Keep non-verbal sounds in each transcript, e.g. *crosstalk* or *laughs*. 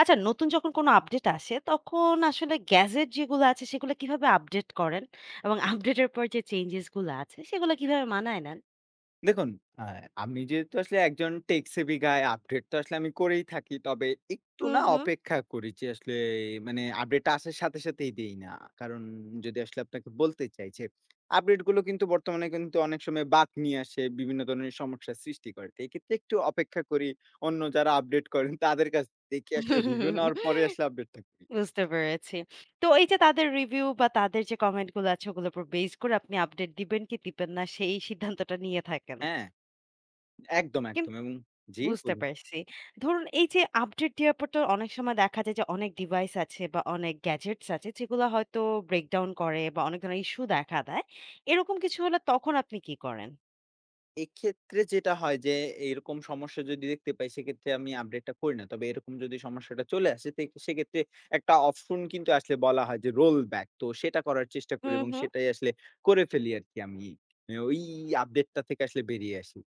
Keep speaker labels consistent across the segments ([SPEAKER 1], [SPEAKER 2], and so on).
[SPEAKER 1] আচ্ছা নতুন যখন কোনো আপডেট আসে তখন আসলে গ্যাজেট যেগুলো আছে সেগুলো কিভাবে আপডেট করেন? এবং আপডেটের পর যে চেঞ্জেস গুলো আছে সেগুলো কিভাবে মানায় নেন?
[SPEAKER 2] দেখুন, আ আমি যেহেতু আসলে একজন টেক সেভি গাই, আপডেট তো আসলে আমি করেই থাকি। তবে একটু
[SPEAKER 1] হুম,
[SPEAKER 2] না
[SPEAKER 1] হুম।
[SPEAKER 2] অপেক্ষা করি যে আসলে মানে আপডেট আসার সাথে সাথেই দেই না। কারণ যদি আসলে আপনাকে বলতে চাই যে, আপডেট গুলো কিন্তু বর্তমানে কিন্তু অনেক সময় বাগ নিয়ে আসে, বিভিন্ন ধরনের সমস্যার সৃষ্টি করে। তো এক্ষেত্রে একটু অপেক্ষা করি। অন্য যারা আপডেট করেন তাদের কাছ থেকে আসলে রিভিউ নেওয়ার পরে
[SPEAKER 1] *laughs*
[SPEAKER 2] আসলে আপডেটটা করি।
[SPEAKER 1] বুঝতে পেরেছি। তো এই যে তাদের রিভিউ বা তাদের যে কমেন্ট গুলো আছে ওগুলোর উপর বেস করে আপনি আপডেট দিবেন কি দিবেন না সেই সিদ্ধান্তটা নিয়ে থাকেন।
[SPEAKER 2] হ্যাঁ, একদম, একদম
[SPEAKER 1] কিন্তু
[SPEAKER 2] এবং জি,
[SPEAKER 1] বুঝতে
[SPEAKER 2] বলুন।
[SPEAKER 1] পারছি। ধরুন এই যে আপডেট দেওয়ার পর তো অনেক সময় দেখা যায় যে অনেক ডিভাইস আছে বা অনেক গ্যাজেটস আছে যেগুলো হয়তো ব্রেকডাউন করে বা অনেক ধরনের ইস্যু দেখা দেয়। এরকম কিছু হলে তখন আপনি কি করেন?
[SPEAKER 2] এক্ষেত্রে যেটা হয় যে, এরকম সমস্যা যদি দেখতে পাই সেক্ষেত্রে আমি আপডেটটা করি না। তবে এরকম যদি সমস্যাটা চলে আসে তে সেক্ষেত্রে একটা অপশন কিন্তু আসলে বলা হয় যে রোল ব্যাক। তো সেটা করার চেষ্টা করি
[SPEAKER 1] হুম,
[SPEAKER 2] এবং
[SPEAKER 1] হুম।
[SPEAKER 2] সেটাই আসলে করে ফেলি আরকি আমি। এ ওই আপডেটটা থেকে আসলে বেরিয়ে আসি।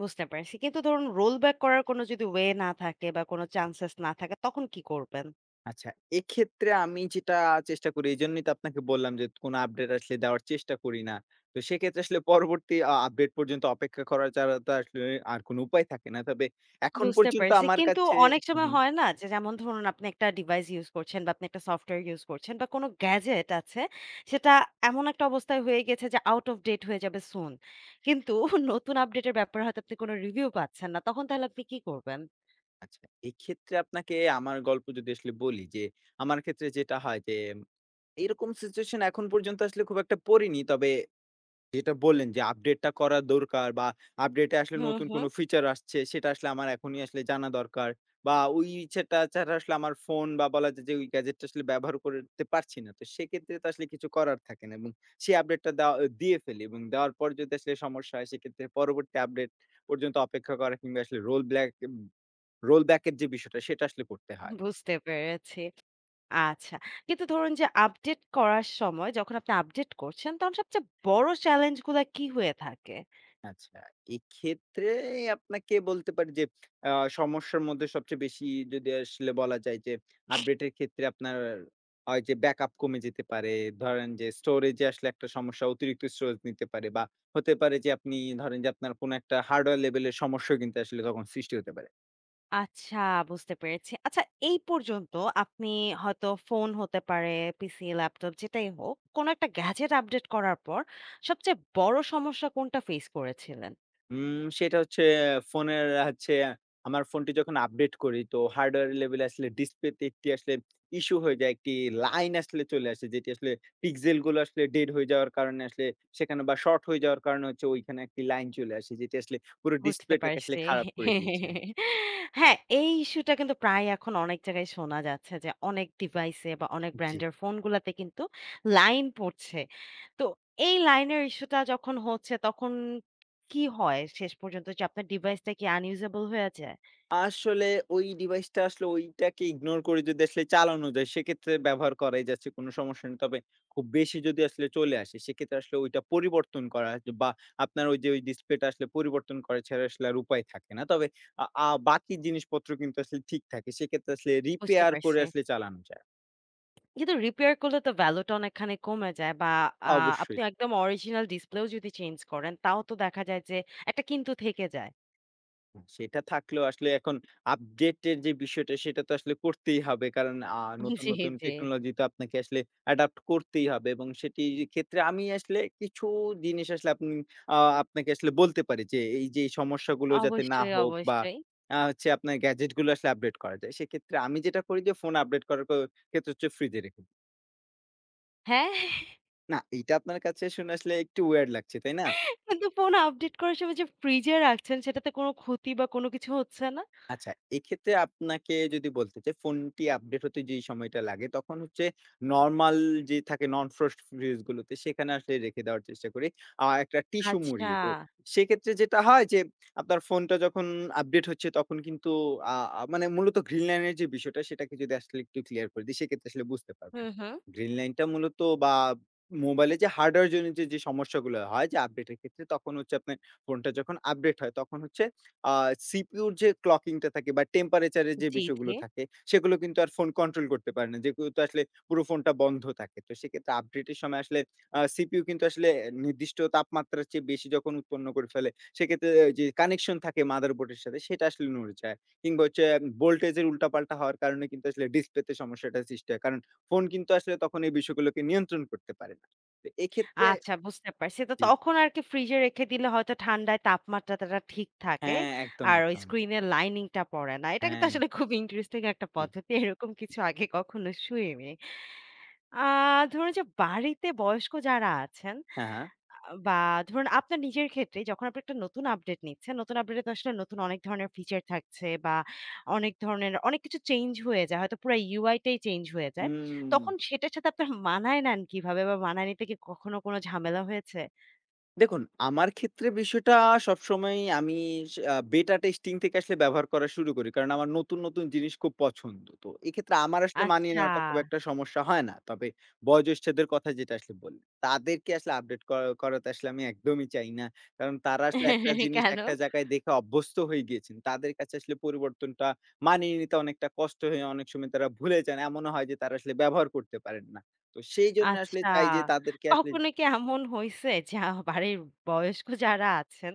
[SPEAKER 1] বুঝতে পারছি। কিন্তু ধরুন রোল ব্যাক করার কোনো যদি ওয়ে না থাকে বা কোনো চান্সেস না থাকে তখন কি করবেন?
[SPEAKER 2] আচ্ছা এক্ষেত্রে আমি যেটা চেষ্টা করি এজন্যই তো আপনাকে বললাম যে কোনো আপডেট আসলে দেওয়ার চেষ্টা করি না। তো সেক্ষেত্রে আসলে পরবর্তী আপডেট পর্যন্ত অপেক্ষা করা ছাড়া তো আসলে আর কোনো উপায় থাকে না। তবে এখন
[SPEAKER 1] বুঝতে
[SPEAKER 2] পর্যন্ত
[SPEAKER 1] পারছি।
[SPEAKER 2] আমার
[SPEAKER 1] কিন্তু
[SPEAKER 2] কাছে
[SPEAKER 1] অনেক
[SPEAKER 2] হুম।
[SPEAKER 1] সময়
[SPEAKER 2] হুম।
[SPEAKER 1] হয় না যে যেমন ধরুন আপনি একটা ডিভাইস ইউজ করছেন বা আপনি একটা সফটওয়্যার ইউজ করছেন বা কোনো গ্যাজেট আছে সেটা এমন একটা অবস্থায় হয়ে গেছে যে আউট অফ ডেট হয়ে যাবে সুন। কিন্তু *laughs* নতুন আপডেটের ব্যাপারে হয়তো আপনি কোনো রিভিউ পাচ্ছেন না। তখন তাহলে আপনি কি করবেন?
[SPEAKER 2] আচ্ছা, এক্ষেত্রে আপনাকে আমার গল্প যদি আসলে বলি যে, আমার ক্ষেত্রে যেটা হয় যে, এরকম সিচুয়েশন এখন পর্যন্ত আসলে খুব একটা পড়িনি। তবে যেটা বললেন যে, আপডেটটা করা দরকার বা আপডেটে আসলে
[SPEAKER 1] হুম,
[SPEAKER 2] নতুন
[SPEAKER 1] হুম।
[SPEAKER 2] কোনো ফিচার আসছে, সেটা আসলে আমার এখনই আসলে জানা দরকার। বা ওই ইচ্ছেটা ছাড়া আসলে আমার ফোন বা বলা যায় যে, ওই গ্যাজেটটা আসলে ব্যবহার করতে পারছি না। তো সেক্ষেত্রে তো আসলে কিছু করার থাকে না এবং সেই আপডেটটা দিয়ে ফেলি এবং দেওয়ার পর যদি আসলে সমস্যা হয়, সেক্ষেত্রে পরবর্তী আপডেট পর্যন্ত অপেক্ষা করা কিংবা আসলে রোল ব্যাক এর যে বিষয়টা সেটা আসলে করতে হয়।
[SPEAKER 1] বুঝতে পেরেছি। আচ্ছা। কিন্তু ধরুন যে আপডেট করার সময় যখন আপনি আপডেট করছেন তখন সবচেয়ে বড় চ্যালেঞ্জ গুলা কি হয়ে থাকে?
[SPEAKER 2] আচ্ছা, এক্ষেত্রে আপনাকে বলতে পারি যে আ সমস্যার মধ্যে সবচেয়ে বেশি যদি আসলে বলা যায় যে আপডেট এর ক্ষেত্রে আপনার হয় যে ব্যাকআপ কমে যেতে পারে। ধরেন যে স্টোরেজে আসলে একটা সমস্যা, অতিরিক্ত স্টোরেজ নিতে পারে বা হতে পারে যে আপনি ধরেন যে আপনার কোনো একটা হার্ডওয়্যার লেভেলের সমস্যা কিন্তু আসলে তখন সৃষ্টি হতে পারে।
[SPEAKER 1] আচ্ছা বুঝতে পেরেছি। আচ্ছা এই পর্যন্ত আপনি হয়তো ফোন হতে পারে, পিসি, ল্যাপটপ যেটাই হোক, কোনো একটা গ্যাজেট আপডেট করার পর সবচেয়ে বড় সমস্যা কোনটা ফেস করেছিলেন?
[SPEAKER 2] সেটা হচ্ছে ফোনের হচ্ছে আমার ফোনটি যখন আপডেট করি তো হার্ডওয়্যার লেভেলে আসলে ডিসপ্লেতে একটি আসলে ইস্যু হয়ে যায়। একটি লাইন আসলে চলে আসে যেটি আসলে পিক্সেল গুলো আসলে ডেড হয়ে যাওয়ার কারণে আসলে সেখানে বা শর্ট হয়ে যাওয়ার কারণে হচ্ছে ওইখানে একটি লাইন চলে আসে যেটি আসলে পুরো
[SPEAKER 1] বুঝতে
[SPEAKER 2] ডিসপ্লেটাকে আসলে
[SPEAKER 1] পারছি।
[SPEAKER 2] খারাপ করে দিয়েছে।
[SPEAKER 1] হ্যাঁ, এই ইস্যুটা কিন্তু প্রায় এখন অনেক জায়গায় শোনা যাচ্ছে যে অনেক ডিভাইসে বা অনেক
[SPEAKER 2] জি।
[SPEAKER 1] ব্র্যান্ডের ফোনগুলাতে কিন্তু লাইন পড়ছে। তো এই লাইনের ইস্যুটা যখন হচ্ছে তখন কি হয় শেষ পর্যন্ত যে আপনার ডিভাইসটা কি unusable হয়ে যায়?
[SPEAKER 2] আসলে ওই ডিভাইসটা আসলে ওইটাকে ইগনোর করে যদি আসলে চালানো যায়, সেক্ষেত্রে ব্যবহার করাই যাচ্ছে কোনো সমস্যা নেই। তবে খুব বেশি যদি আসলে চলে আসে, সেক্ষেত্রে আসলে ওইটা পরিবর্তন করা যে- বা আপনার ওই ডিসপ্লেটা আসলে পরিবর্তন করা ছাড়া আসলে আর উপায় থাকে না। তবে আ আ বাকি জিনিসপত্র কিন্তু আসলে ঠিক থাকে। সেক্ষেত্রে আসলে
[SPEAKER 1] বুঝতে
[SPEAKER 2] রিপেয়ার করে
[SPEAKER 1] পারছি।
[SPEAKER 2] আসলে চালানো যায়।
[SPEAKER 1] কিন্তু রিপেয়ার করলে তো ভ্যালু টা অনেকখানি কমে যায় বা আ আপনি
[SPEAKER 2] অবশ্যই।
[SPEAKER 1] একদম অরিজিনাল ডিসপ্লেও যদি চেঞ্জ করেন, তাও তো দেখা যায় যে একটা কিন্তু থেকে যায়।
[SPEAKER 2] সেটা থাকলেও আসলে এখন আপডেটের যে বিষয়টা সেটা তো আসলে করতেই হবে। কারণ
[SPEAKER 1] *laughs*
[SPEAKER 2] নতুন,
[SPEAKER 1] জি,
[SPEAKER 2] নতুন
[SPEAKER 1] জি।
[SPEAKER 2] টেকনোলজি তো আপনাকে আসলে অ্যাডাপ্ট করতেই হবে এবং সেটির ক্ষেত্রে আমি আসলে কিছু জিনিস আসলে আপনি আ আপনাকে আসলে বলতে পারি যে এই যে এই সমস্যাগুলো যাতে না
[SPEAKER 1] অবশ্যই,
[SPEAKER 2] হোক বা
[SPEAKER 1] অবশ্যই।
[SPEAKER 2] হচ্ছে আপনার গ্যাজেট গুলো আসলে আপডেট করা যায়। সেক্ষেত্রে আমি যেটা করি যে ফোন আপডেট করার ক্ষেত্রে হচ্ছে ফ্রিজে রেখে দিই।
[SPEAKER 1] হ্যাঁ। *laughs*
[SPEAKER 2] না, এইটা আপনার কাছে শুনে আসলে একটু উইয়ার্ড লাগছে, তাই না?
[SPEAKER 1] কিন্তু ফোন আপডেট করার সময় যে ফ্রিজে রাখছেন, সেটাতে কোনো ক্ষতি বা কোনো কিছু হচ্ছে না?
[SPEAKER 2] আচ্ছা, এক্ষেত্রে আপনাকে যদি বলতে চাই ফোনটি আপডেট হতে যেই সময়টা লাগে তখন হচ্ছে নরমাল যে থাকে নন ফ্রস্ট ফ্রিজ গুলোতে সেখানে আসলে রেখে দেওয়ার চেষ্টা করি। একটা টিস্যু
[SPEAKER 1] আচ্ছা।
[SPEAKER 2] মুড়িয়ে। তো সেক্ষেত্রে যেটা হয় যে আপনার ফোনটা যখন আপডেট হচ্ছে তখন কিন্তু আ আ মানে মূলত গ্রিন লাইনের যে বিষয়টা সেটাকে যদি আসলে একটু ক্লিয়ার করে দিই সেক্ষেত্রে আসলে বুঝতে পারবেন।
[SPEAKER 1] হুম, হুম।
[SPEAKER 2] গ্রিন লাইনটা মূলত বা মোবাইলে যে হার্ডওয়্যার জনিত যে সমস্যাগুলো হয় যে আপডেটের ক্ষেত্রে তখন হচ্ছে আপনার ফোনটা যখন আপডেট হয় তখন হচ্ছে আ CPU র যে ক্লকিং টা থাকে বা টেম্পারেচার এর যে
[SPEAKER 1] জি, জি।
[SPEAKER 2] বিষয়গুলো থাকে, সেগুলো কিন্তু আর ফোন কন্ট্রোল করতে পারে না। যেগুলোতে আসলে পুরো ফোনটা বন্ধ থাকে। তো সেক্ষেত্রে আপডেটের সময় আসলে CPU কিন্তু আসলে নির্দিষ্ট তাপমাত্রার চেয়ে বেশি যখন উৎপন্ন করে ফেলে, সেক্ষেত্রে যে কানেকশন থাকে মাদারবোর্ড এর সাথে সেটা আসলে নড়ে যায়। কিংবা হচ্ছে ভোল্টেজ এর উল্টাপাল্টা হওয়ার কারণে কিন্তু আসলে ডিসপ্লেতে সমস্যাটা সৃষ্টি হয়। কারণ ফোন কিন্তু আসলে তখন এই বিষয়গুলোকে নিয়ন্ত্রণ করতে পারে না। তো এক্ষেত্রে
[SPEAKER 1] আচ্ছা বুঝতে পারছি। তো
[SPEAKER 2] জি।
[SPEAKER 1] তখন আরকি ফ্রিজে রেখে দিলে হয়তো ঠান্ডায় তাপমাত্রাটা ঠিক থাকে।
[SPEAKER 2] হ্যাঁ, একদম,
[SPEAKER 1] আর ওই
[SPEAKER 2] একদম।
[SPEAKER 1] স্ক্রিনের লাইনিংটা পড়ে না। এটা কিন্তু
[SPEAKER 2] হ্যাঁ,
[SPEAKER 1] আসলে খুব ইন্টারেস্টিং একটা
[SPEAKER 2] জি।
[SPEAKER 1] পদ্ধতি। এরকম কিছু আগে কখনো শুনিনি। আ ধরুন যে বাড়িতে বয়স্ক যারা আছেন
[SPEAKER 2] হ্যাঁ, হ্যাঁ।
[SPEAKER 1] আ বা ধরুন আপনার নিজের ক্ষেত্রে যখন আপনি একটা নতুন আপডেট নিচ্ছেন, নতুন আপডেটে তো আসলে নতুন অনেক ধরনের ফিচার থাকছে বা অনেক ধরনের অনেক কিছু চেঞ্জ হয়ে যায়। হয়তো পুরা UI টাই চেঞ্জ হয়ে যায়।
[SPEAKER 2] হুম।
[SPEAKER 1] তখন সেটার সাথে আপনার মানায় নেন কিভাবে? বা মানায় নিতে কি কখনো কোনো ঝামেলা হয়েছে?
[SPEAKER 2] দেখুন, আমার ক্ষেত্রে বিষয়টা সবসময়ই আমি স আ বেটা টেস্টিং থেকে আসলে ব্যবহার করা শুরু করি। কারণ আমার নতুন, নতুন জিনিস খুব পছন্দ। তো এক্ষেত্রে আমার আসলে মানিয়ে
[SPEAKER 1] আচ্ছা।
[SPEAKER 2] নেওয়াটা খুব একটা সমস্যা হয় না। তবে বয়োজ্যেষ্ঠদের কথা যেটা আসলে বললেন, তাদেরকে আসলে আপডেট করা করাতে আসলে আমি একদমই চাই না। কারণ তারা আসলে একটা জিনিস
[SPEAKER 1] কেন?
[SPEAKER 2] একটা জায়গায় দেখে অভ্যস্ত হয়ে গিয়েছেন। তাদের কাছে আসলে পরিবর্তনটা মানিয়ে নিতে অনেকটা কষ্ট হয়ে অনেক সময় তারা ভুলে যান। এমনও হয় যে তারা আসলে ব্যবহার করতে পারেন না। তো সেইজন্য আসলে
[SPEAKER 1] আচ্ছা।
[SPEAKER 2] চাই যে তাদেরকে আসলে
[SPEAKER 1] কখনো কি এমন হইছে যে বাড়ির বয়স্ক যারা আছেন,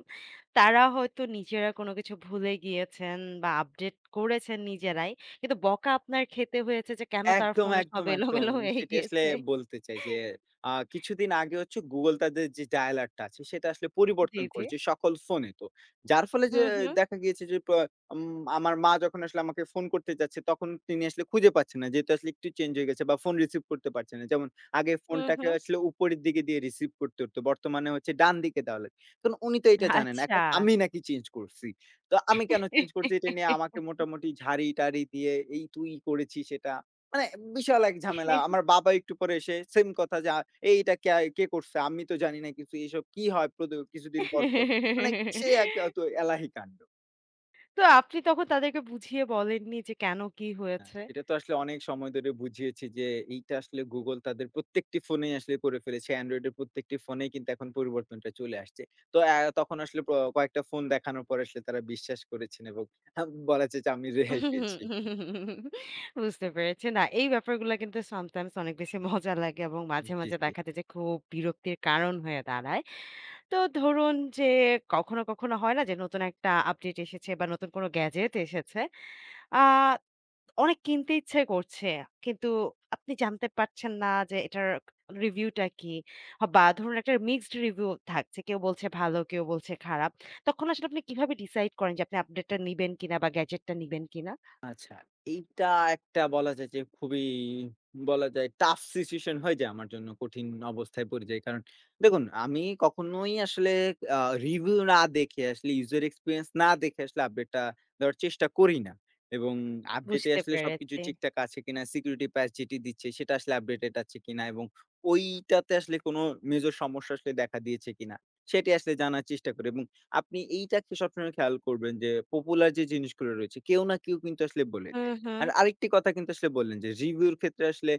[SPEAKER 1] তারা হয়তো নিজেরা কোনো কিছু ভুলে গিয়েছেন বা আপডেট করেছেন নিজেরাই। কিন্তু বকা আপনার খেতে হয়েছে যে কেন তার
[SPEAKER 2] একদম,
[SPEAKER 1] ফোনে সব
[SPEAKER 2] একদম, একদম।
[SPEAKER 1] এলোমেলো হয়ে
[SPEAKER 2] সেটি আসলে
[SPEAKER 1] গিয়েছে?
[SPEAKER 2] বলতে চাই যে, কিছুদিন আগে হচ্ছে Google তাদের যে ডায়ালার টা আছে সেটা আসলে
[SPEAKER 1] জি,
[SPEAKER 2] পরিবর্তন
[SPEAKER 1] জি।
[SPEAKER 2] করেছে সকল ফোনে তো। যার ফলে যে
[SPEAKER 1] হুম, হুম,
[SPEAKER 2] দেখা গিয়েছে যে প উম আমার মা যখন আসলে আমাকে ফোন করতে যাচ্ছে তখন তিনি আসলে খুঁজে পাচ্ছেন না। যেহেতু আসলে একটু চেঞ্জ হয়ে গেছে বা ফোন রিসিভ করতে পারছে না। যেমন আগে
[SPEAKER 1] হুম,
[SPEAKER 2] ফোনটাকে
[SPEAKER 1] হুম।
[SPEAKER 2] আসলে উপরের দিকে দিয়ে রিসিভ করতে হতো। বর্তমানে হচ্ছে ডান দিকে দেওয়া লাগে। কারণ উনি তো এটা জানেন না।
[SPEAKER 1] আচ্ছা।
[SPEAKER 2] এখন আমি নাকি চেঞ্জ করছি। তো আমি কেন চেঞ্জ করছি এটা নিয়ে আমাকে মোটামুটি ঝাড়ি-টাড়ি দিয়ে এই তুই করেছিস এটা। মানে বিশাল এক ঝামেলা। আমার বাবা একটু পরে এসে সেম কথা যে, "এইটা ক্যা কে করছে? আমি তো জানি না কিছু। এসব কি হয় প্রদ কিছুদিন পর, পর?" মানে সে এক তো এলাহি কাণ্ড।
[SPEAKER 1] তো আপনি তখন তাদেরকে বুঝিয়ে বলেননি যে কেন কি
[SPEAKER 2] হ্যাঁ।
[SPEAKER 1] হয়েছে?
[SPEAKER 2] এটা তো আসলে অনেক সময় ধরে বুঝিয়েছি যে, এইটা আসলে Google তাদের প্রত্যেকটি ফোনেই আসলে করে ফেলেছে। Android এর প্রত্যেকটি ফোনেই কিন্তু এখন পরিবর্তনটা চলে আসছে। তো তখন আসলে কয়েকটা ফোন দেখানোর পর আসলে তারা বিশ্বাস করেছেন এবং আ বলা যায় যে আমি রেহাই পেয়েছি।
[SPEAKER 1] বুঝতে পেরেছি। না, এই ব্যাপারগুলা কিন্তু sometimes অনেক বেশি *laughs* মজা লাগে এবং মাঝে,
[SPEAKER 2] জি,
[SPEAKER 1] মাঝে
[SPEAKER 2] জি।
[SPEAKER 1] দেখা যায় যে খুব বিরক্তির কারণ হয়ে দাঁড়ায়। তো ধরুন যে কখনো, কখনো হয় না যে নতুন একটা আপডেট এসেছে বা নতুন কোনো গ্যাজেট এসেছে। আ অনেক কিনতে ইচ্ছে করছে। কিন্তু আপনি জানতে পারছেন না যে এটার রিভিউটা কি? বা ধরুন একটা মিক্সড রিভিউ থাকছে। কেউ বলছে ভালো, কেউ বলছে খারাপ। তখন আসলে আপনি কিভাবে ডিসাইড করেন যে আপনি আপডেটটা নিবেন কিনা বা গ্যাজেটটা নিবেন কিনা?
[SPEAKER 2] আচ্ছা, এইটা একটা বলা যায় যে খুবই বলা যায় টাফ সিচুয়েশন হয়ে যায় আমার জন্য। কঠিন অবস্থায় পড়ে যাই। কারণ দেখুন আমি কখনোই আসলে আ রিভিউ না দেখে আসলে ইউজার এক্সপেরিয়েন্স না দেখে আসলে আপডেটটা দেওয়ার চেষ্টা করি না। এবং আপডেটে
[SPEAKER 1] বুঝতে
[SPEAKER 2] আসলে সবকিছু
[SPEAKER 1] পেরেছি।
[SPEAKER 2] ঠিকঠাক আছে কিনা, সিকিউরিটি প্যাচ যেটি দিচ্ছে সেটা আসলে আপডেটেড আছে কিনা এবং ওইটাতে আসলে কোনো মেজর সমস্যা আসলে দেখা দিয়েছে কিনা সেটি আসলে জানার চেষ্টা করি এবং আপনি এইটাকে সবসময় খেয়াল করবেন যে পপুলার যে জিনিসগুলো রয়েছে কেউ না কেউ কিন্তু আসলে বলে
[SPEAKER 1] হুম,
[SPEAKER 2] দেয়।
[SPEAKER 1] হুম।
[SPEAKER 2] আর আরেকটি কথা কিন্তু আসলে বললেন যে রিভিউর ক্ষেত্রে আসলে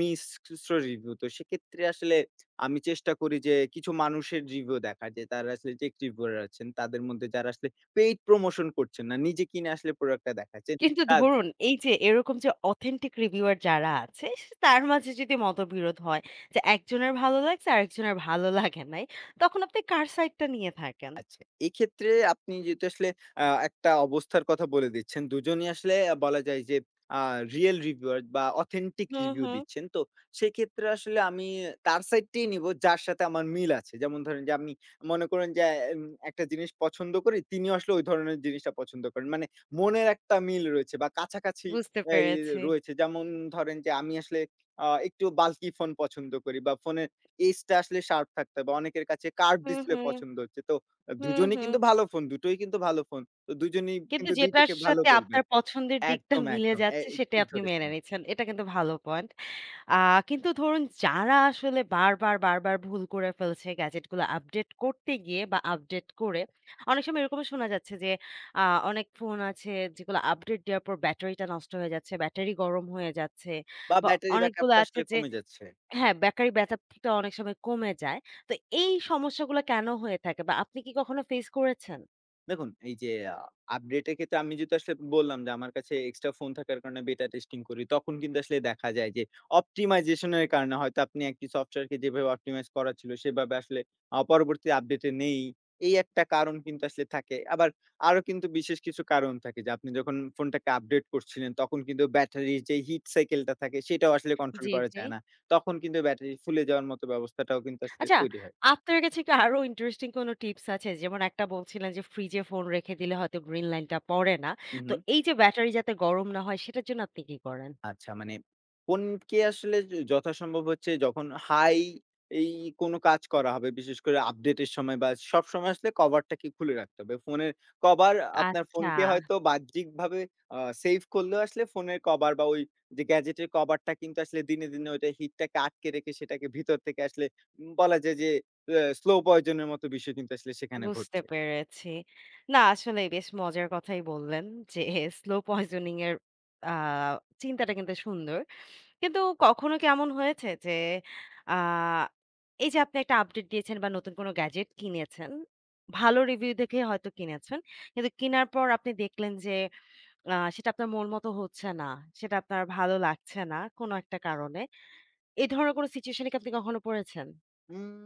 [SPEAKER 2] মিশ্র রিভিউ তো সেক্ষেত্রে আসলে আমি চেষ্টা করি যে কিছু মানুষের রিভিউ দেখা যে তারা আসলে টেক রিভিউয়ার আছেন তাদের মধ্যে যারা আসলে পেইড প্রমোশন করছেন না নিজে কিনে আসলে প্রোডাক্টটা দেখাচ্ছেন
[SPEAKER 1] কিন্তু ধরুন এই যে এরকম যে অথেন্টিক রিভিউয়ার যারা আছে সে- তার মাঝে যদি মতবিরোধ হয় যে একজনের ভালো লাগছে আরেকজনের ভালো লাগে নাই, তখন আপনি কার সাইডটা নিয়ে থাকেন?
[SPEAKER 2] আচ্ছা, এক্ষেত্রে আপনি যেহেতু আসলে একটা অবস্থার কথা বলে দিচ্ছেন, দুজনই আসলে বলা যায় যে আ রিয়াল রিভিউয়ার বা অথেন্টিক
[SPEAKER 1] হুম,
[SPEAKER 2] রিভিউ
[SPEAKER 1] হুম।
[SPEAKER 2] দিচ্ছেন। তো সেক্ষেত্রে আসলে আমি তার সাইডটাই নিবো যার সাথে আমার মিল আছে। যেমন ধরেন যে আমি মনে করেন যে এম একটা জিনিস পছন্দ করি, তিনিও আসলে ওই ধরনের জিনিসটা পছন্দ করেন। মানে মনের একটা মিল রয়েছে বা কাছাকাছি
[SPEAKER 1] বুঝতে
[SPEAKER 2] এই
[SPEAKER 1] পেরেছি।
[SPEAKER 2] রয়েছে। যেমন ধরেন যে আমি আসলে একটু বাল্কি ফোন পছন্দ করি বা ফোনের এজটা আসলে শার্প থাকতে হবে। বা অনেকের কাছে কার্ভ
[SPEAKER 1] হুম,
[SPEAKER 2] ডিসপ্লে
[SPEAKER 1] হুম।
[SPEAKER 2] পছন্দ হচ্ছে। তো
[SPEAKER 1] হুম,
[SPEAKER 2] দুজনই
[SPEAKER 1] হুম।
[SPEAKER 2] কিন্তু ভালো ফোন, দুটোই কিন্তু ভালো ফোন। তো দুজনেই
[SPEAKER 1] কিন্তু
[SPEAKER 2] কিন্তু ২
[SPEAKER 1] যেটার
[SPEAKER 2] টাকে ভালো
[SPEAKER 1] সাথে
[SPEAKER 2] বলবে।
[SPEAKER 1] আপনার পছন্দের দিকটা
[SPEAKER 2] একদম,
[SPEAKER 1] মিলে
[SPEAKER 2] একদম।
[SPEAKER 1] যাচ্ছে সেটাই
[SPEAKER 2] ঠিক
[SPEAKER 1] আপনি
[SPEAKER 2] ধরেছেন
[SPEAKER 1] মেনে
[SPEAKER 2] আপনি।
[SPEAKER 1] নিচ্ছেন। এটা কিন্তু ভালো পয়েন্ট। আ কিন্তু ধরুন যারা আসলে বারবার, বারবার ভুল করে ফেলছে গ্যাজেটগুলো আপডেট করতে গিয়ে বা আপডেট করে, অনেক সময় এরকমও শোনা যাচ্ছে যে আ অনেক ফোন আছে যেগুলো আপডেট দেওয়ার পর ব্যাটারিটা নষ্ট হয়ে যাচ্ছে, ব্যাটারি গরম হয়ে যাচ্ছে
[SPEAKER 2] বা
[SPEAKER 1] বা
[SPEAKER 2] ব্যাটারি
[SPEAKER 1] অনেকগুলো
[SPEAKER 2] ব্যাকআপটা
[SPEAKER 1] আছে
[SPEAKER 2] আসলে
[SPEAKER 1] যে
[SPEAKER 2] কমে যাচ্ছে।
[SPEAKER 1] হ্যাঁ, ব্যাটারি ব্যাকআপটা অনেক সময় কমে যায়। তো এই সমস্যাগুলো কেন হয়ে থাকে বা আপনি কি কখনো ফেস করেছেন?
[SPEAKER 2] দেখুন, এই যে আ আপডেট এর ক্ষেত্রে আমি যেহেতু আসলে বললাম যে আমার কাছে এক্সট্রা ফোন থাকার কারণে বেটা টেস্টিং করি। তখন কিন্তু আসলে দেখা যায় যে অপটিমাইজেশন এর কারণে হয়তো আপনি একটি সফটওয়্যারকে যেভাবে অপটিমাইজ করা ছিল সেভাবে আসলে পরবর্তী আপডেটে নেই। এই একটা কারণ কিন্তু আসলে থাকে। আবার আরো কিন্তু বিশেষ কিছু কারণ থাকে যে আপনি যখন ফোনটাকে আপডেট করছিলেন তখন কিন্তু ব্যাটারির যে হিট সাইকেল টা থাকে সেটাও আসলে কন্ট্রোল
[SPEAKER 1] জি,
[SPEAKER 2] করা
[SPEAKER 1] জি।
[SPEAKER 2] যায় না। তখন কিন্তু ব্যাটারি ফুলে যাওয়ার মতো ব্যবস্থাটাও কিন্তু আসলে
[SPEAKER 1] আচ্ছা,
[SPEAKER 2] তৈরি হয়।
[SPEAKER 1] আপনার কাছে কি আরো ইন্টারেস্টিং কোনো টিপস আছে? যেমন একটা বলছিলেন যে, ফ্রিজে ফোন রেখে দিলে হয়তো গ্রিন লাইটটা পড়ে না।
[SPEAKER 2] হু,
[SPEAKER 1] তো
[SPEAKER 2] হু।
[SPEAKER 1] এই যে ব্যাটারি যাতে গরম না হয়, সেটার জন্য আপনি কি করেন?
[SPEAKER 2] আচ্ছা মানে কোনকে আসলে য যথাসম্ভব হচ্ছে যখন হাই এই কোনো কাজ করা হবে, বিশেষ করে আপডেটের সময় বা সবসময় আসলে কভারটাকে খুলে রাখতে হবে। ফোনের কভার আপনার
[SPEAKER 1] আচ্ছা,
[SPEAKER 2] ফোনকে হয়তো বাহ্যিকভাবে সেভ করলেও আসলে ফোনের কভার বা ওই যে গ্যাজেটের কভারটা কিন্তু আসলে দিনে, দিনে ওইটা হিটটাকে আটকে রেখে সেটাকে ভিতর থেকে আসলে বলা যায় যে স্লো পয়জন এর মতো বিষয় কিন্তু আসলে সেখানে
[SPEAKER 1] বুঝতে
[SPEAKER 2] ঘটছে।
[SPEAKER 1] পেরেছি। না আসলেই বেশ মজার কথাই বললেন যে, স্লো পয়জনিং এর আ চিন্তাটা কিন্তু সুন্দর। কিন্তু কখনো কি এমন হয়েছে যে, আ এই যে আপনি একটা আপডেট দিয়েছেন বা নতুন কোনো গ্যাজেট কিনেছেন, ভালো রিভিউ দেখে হয়তো কিনেছেন। কিন্তু কিনার পর আপনি দেখলেন যে সেটা আপনার মন মতো হচ্ছে না, সেটা আপনার ভালো লাগছে না কোনো একটা কারণে। এই ধরনের কোনো সিচুয়েশন এ কি আপনি কখনো পড়েছেন?
[SPEAKER 2] উম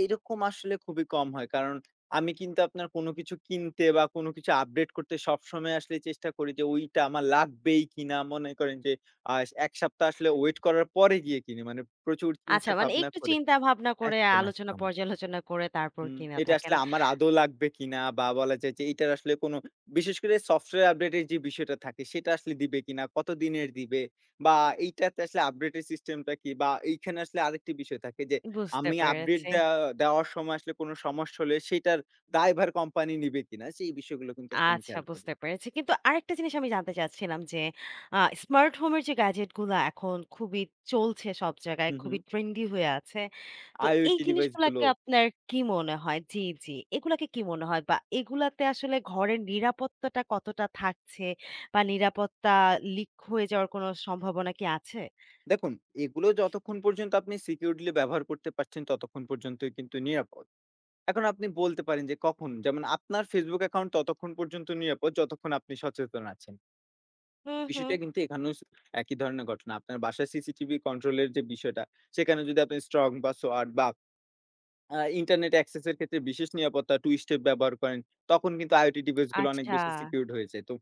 [SPEAKER 2] এইরকম আসলে খুবই কম হয়। কারণ আমি কিন্তু আপনার কোনো কিছু কিনতে বা কোনো কিছু আপডেট করতে সবসময় আসলে চেষ্টা করি যে ওইটা আমার লাগবেই কিনা। মনে করেন যে আ ১ সপ্তাহ আসলে ওয়েট করার পরে গিয়ে কিনি। মানে প্রচুর
[SPEAKER 1] আচ্ছা
[SPEAKER 2] চিন্তা
[SPEAKER 1] মানে
[SPEAKER 2] ভাবনা
[SPEAKER 1] একটু
[SPEAKER 2] করে
[SPEAKER 1] চিন্তা ভাবনা করে
[SPEAKER 2] একদম,
[SPEAKER 1] আলোচনা
[SPEAKER 2] একদম।
[SPEAKER 1] পর্যালোচনা করে তারপর
[SPEAKER 2] হুম,
[SPEAKER 1] কিনা
[SPEAKER 2] এটা
[SPEAKER 1] থাকেন।
[SPEAKER 2] আসলে আমার আদৌ লাগবে কিনা বা বলা যায় যে এটার আসলে কোনো বিশেষ করে সফটওয়্যার আপডেটের যে বিষয়টা থাকে সেটা আসলে দিবে কিনা, কতদিনের দিবে বা এইটাতে আসলে আপডেটের সিস্টেমটা কি? বা এইখানে আসলে আরেকটি বিষয় থাকে যে
[SPEAKER 1] বুঝতে
[SPEAKER 2] আমি আপডেট
[SPEAKER 1] পেরেছি।
[SPEAKER 2] দেয়া দেওয়ার সময় আসলে কোনো সমস্যা হলে সেটার দায়ভার কোম্পানি নিবে কিনা? সেই বিষয়গুলো কিন্তু আসলে আমি
[SPEAKER 1] আচ্ছা
[SPEAKER 2] খেয়াল করি।
[SPEAKER 1] বুঝতে পেরেছি। কিন্তু আরেকটা জিনিস আমি জানতে চাচ্ছিলাম যে, স্মার্ট হোম এর যে গ্যাজেট গুলা এখন খুবই চলছে সব জায়গায়,
[SPEAKER 2] হুম,
[SPEAKER 1] খুবই
[SPEAKER 2] হুম।
[SPEAKER 1] ট্রেন্ডি হয়ে আছে। তো এই
[SPEAKER 2] IoT ডিভাইস গুলো।
[SPEAKER 1] জিনিসগুলাকে আপনার কি মনে হয়? জি, জি। এগুলাকে কি মনে হয়? বা এগুলাতে আসলে ঘরের নিরাপত্তাটা কতটা থাকছে? বা নিরাপত্তা লিক হয়ে যাওয়ার কোনো সম্ভাবনা কি আছে?
[SPEAKER 2] দেখুন এগুলো যতক্ষণ পর্যন্ত আপনি সিকিউরলি ব্যবহার করতে পারছেন ততক্ষণ পর্যন্তই কিন্তু নিরাপদ। এখন আপনি বলতে পারেন যে কখন যেমন আপনার Facebook অ্যাকাউন্ট ততক্ষণ পর্যন্ত নিরাপদ যতক্ষণ আপনি সচেতন আছেন।
[SPEAKER 1] হুম, হুম।
[SPEAKER 2] বিষয়টা কিন্তু এখানেও একই ধরনের ঘটনা। আপনার বাসার সিসিটিভি কন্ট্রোল এর যে বিষয়টা সেখানে যদি আপনি স্ট্রং বা সোয়াট বা ইন্টারনেট অ্যাক্সেস এর ক্ষেত্রে বিশেষ নিরাপত্তা, টু স্টেপ ব্যবহার করেন। তখন কিন্তু IoT ডিভাইস গুলো অনেক
[SPEAKER 1] আচ্ছা।
[SPEAKER 2] বেশি সিকিউরড হয়ে যায়। তো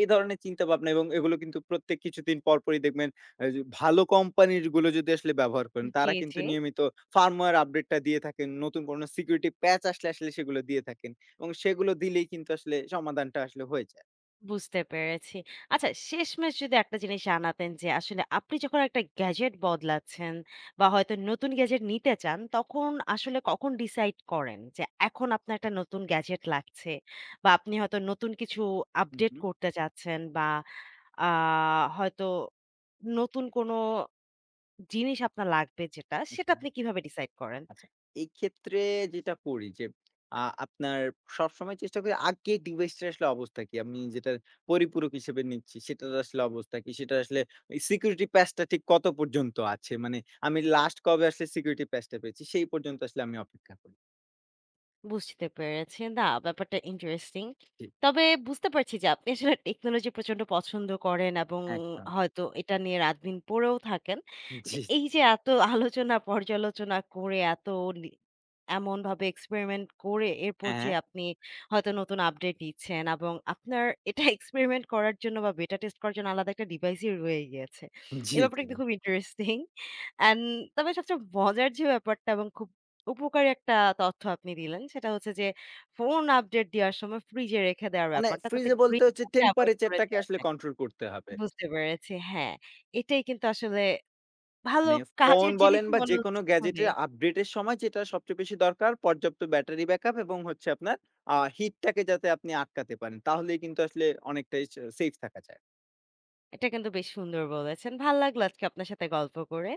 [SPEAKER 2] এই ধরনের চিন্তাভাবনা এবং এগুলো কিন্তু প্রত্যেক কিছুদিন পরপরই দেখবেন যে ভালো কোম্পানির গুলো যদি আসলে ব্যবহার করেন,
[SPEAKER 1] জি,
[SPEAKER 2] তারা কিন্তু
[SPEAKER 1] জি।
[SPEAKER 2] নিয়মিত ফার্মওয়্যার আপডেটটা দিয়ে থাকেন। নতুন কোনো সিকিউরিটি প্যাচ আসলে, আসলে সেগুলো দিয়ে থাকেন। এবং সেগুলো দিলেই কিন্তু আসলে সমাধানটা আসলে হয়ে যায়।
[SPEAKER 1] বুঝতে পেরেছি। আচ্ছা শেষমেশ যদি একটা জিনিস জানাতেন যে আসলে আপনি যখন একটা গ্যাজেট বদলাচ্ছেন বা হয়তো নতুন গ্যাজেট নিতে চান, তখন আসলে কখন ডিসাইড করেন যে এখন আপনার একটা নতুন গ্যাজেট লাগছে বা আপনি হয়তো নতুন কিছু
[SPEAKER 2] হু,
[SPEAKER 1] আপডেট
[SPEAKER 2] হু।
[SPEAKER 1] করতে চাচ্ছেন বা আ হয়তো নতুন কোনো জিনিস আপনার লাগবে যেটা, সেটা
[SPEAKER 2] ওকে।
[SPEAKER 1] আপনি কিভাবে ডিসাইড করেন?
[SPEAKER 2] আচ্ছা, এই ক্ষেত্রে যেটা করি যে আপনার সবসময় চেষ্টা করি আগে ডিভাইসটার আসলে অবস্থা কি? আমি যেটার পরিপূরক হিসেবে নিচ্ছি সেটার আসলে অবস্থা কি? সেটা আসলে এই সিকিউরিটি প্যাচটা ঠিক কত পর্যন্ত আছে? মানে আমি লাস্ট কবে আসলে সিকিউরিটি প্যাচটা পেয়েছি সেই পর্যন্ত আসলে আমি অপেক্ষা করি।
[SPEAKER 1] বুঝতে পেরেছি। না, ব্যাপারটা ইন্টারেস্টিং।
[SPEAKER 2] জি,
[SPEAKER 1] তবে বুঝতে পারছি যে আপনি আসলে টেকনোলজি প্রচন্ড পছন্দ করেন এবং
[SPEAKER 2] একদম।
[SPEAKER 1] হয়তো এটা নিয়ে রাতদিন পড়েও থাকেন। যে
[SPEAKER 2] জি,
[SPEAKER 1] এই
[SPEAKER 2] জি,
[SPEAKER 1] যে
[SPEAKER 2] জি।
[SPEAKER 1] এত আলোচনা পর্যালোচনা করে এত নি এমনভাবে এক্সপেরিমেন্ট করে এরপর যে
[SPEAKER 2] হ্যাঁ, হ্যাঁ।
[SPEAKER 1] আপনি হয়তো নতুন আপডেট নিচ্ছেন এবং আপনার এটা এক্সপেরিমেন্ট করার জন্য বা বেটা টেস্ট করার জন্য আলাদা একটা ডিভাইসই রয়ে গিয়েছে।
[SPEAKER 2] জি,
[SPEAKER 1] এই ব্যাপারটা
[SPEAKER 2] জি, জি।
[SPEAKER 1] কিন্তু খুব ইন্টারেস্টিং। অ্যান্ড তবে সবচেয়ে মজার যে ব্যাপারটা এবং খুব উপকারী একটা তথ্য আপনি দিলেন। সেটা হচ্ছে যে ফোন আপডেট দেওয়ার সময় ফ্রিজে রেখে দেওয়ার
[SPEAKER 2] মানে
[SPEAKER 1] ব্যাপারটা তাতে
[SPEAKER 2] ফ্রিজে বলতে
[SPEAKER 1] গ্রিন
[SPEAKER 2] হচ্ছে
[SPEAKER 1] লাইটটা এভয়েড করে
[SPEAKER 2] টেম্পারেচারটাকে
[SPEAKER 1] দেওয়া
[SPEAKER 2] আসলে
[SPEAKER 1] যায়।
[SPEAKER 2] কন্ট্রোল করতে হবে।
[SPEAKER 1] বুঝতে পেরেছি। হ্যাঁ, এটাই কিন্তু আসলে ভালো
[SPEAKER 2] মানে ফোন
[SPEAKER 1] কাজের
[SPEAKER 2] বলেন
[SPEAKER 1] জিনিসই
[SPEAKER 2] বা
[SPEAKER 1] মনে
[SPEAKER 2] যেকোনো
[SPEAKER 1] হচ্ছে শুনে।
[SPEAKER 2] গ্যাজেটের আপডেটের সময় যেটা সবচেয়ে বেশি দরকার পর্যাপ্ত ব্যাটারি ব্যাকআপ এবং হচ্ছে আপনার হিটটাকে যাতে আপনি আটকাতে পারেন। তাহলেই কিন্তু আসলে অনেকটাই সেফ থাকা যায়।
[SPEAKER 1] এটা কিন্তু বেশ সুন্দর বলেছেন। ভাল লাগলো আজকে আপনার সাথে গল্প করে।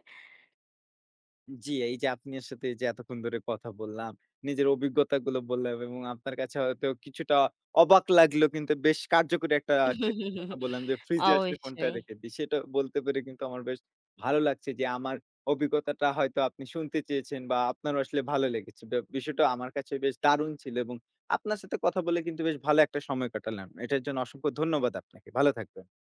[SPEAKER 2] জি, এই যে আপনার সাথে এই যে এতক্ষণ ধরে কথা বললাম, নিজের অভিজ্ঞতাগুলো বললাম এবং আপনার কাছে হয়তো কিছুটা অবাক লাগলেও কিন্তু বেশ কার্যকরী একটা টিপস কথা
[SPEAKER 1] *laughs*
[SPEAKER 2] বললাম যে, ফ্রিজে আসলে ফোনটা
[SPEAKER 1] অবশ্যই।
[SPEAKER 2] রেখে দিই। সেটা বলতে পেরে কিন্তু আমার বেশ ভালো লাগছে যে, আমার অভিজ্ঞতাটা হয়তো আপনি শুনতে চেয়েছেন বা আপনারও আসলে ভালো লেগেছে। বিষয়টা আমার কাছে বেশ দারুণ ছিল এবং আপনার সাথে কথা বলে কিন্তু বেশ ভালো একটা সময় কাটালাম। এটার জন্য অসংখ্য ধন্যবাদ আপনাকে। ভালো থাকবেন।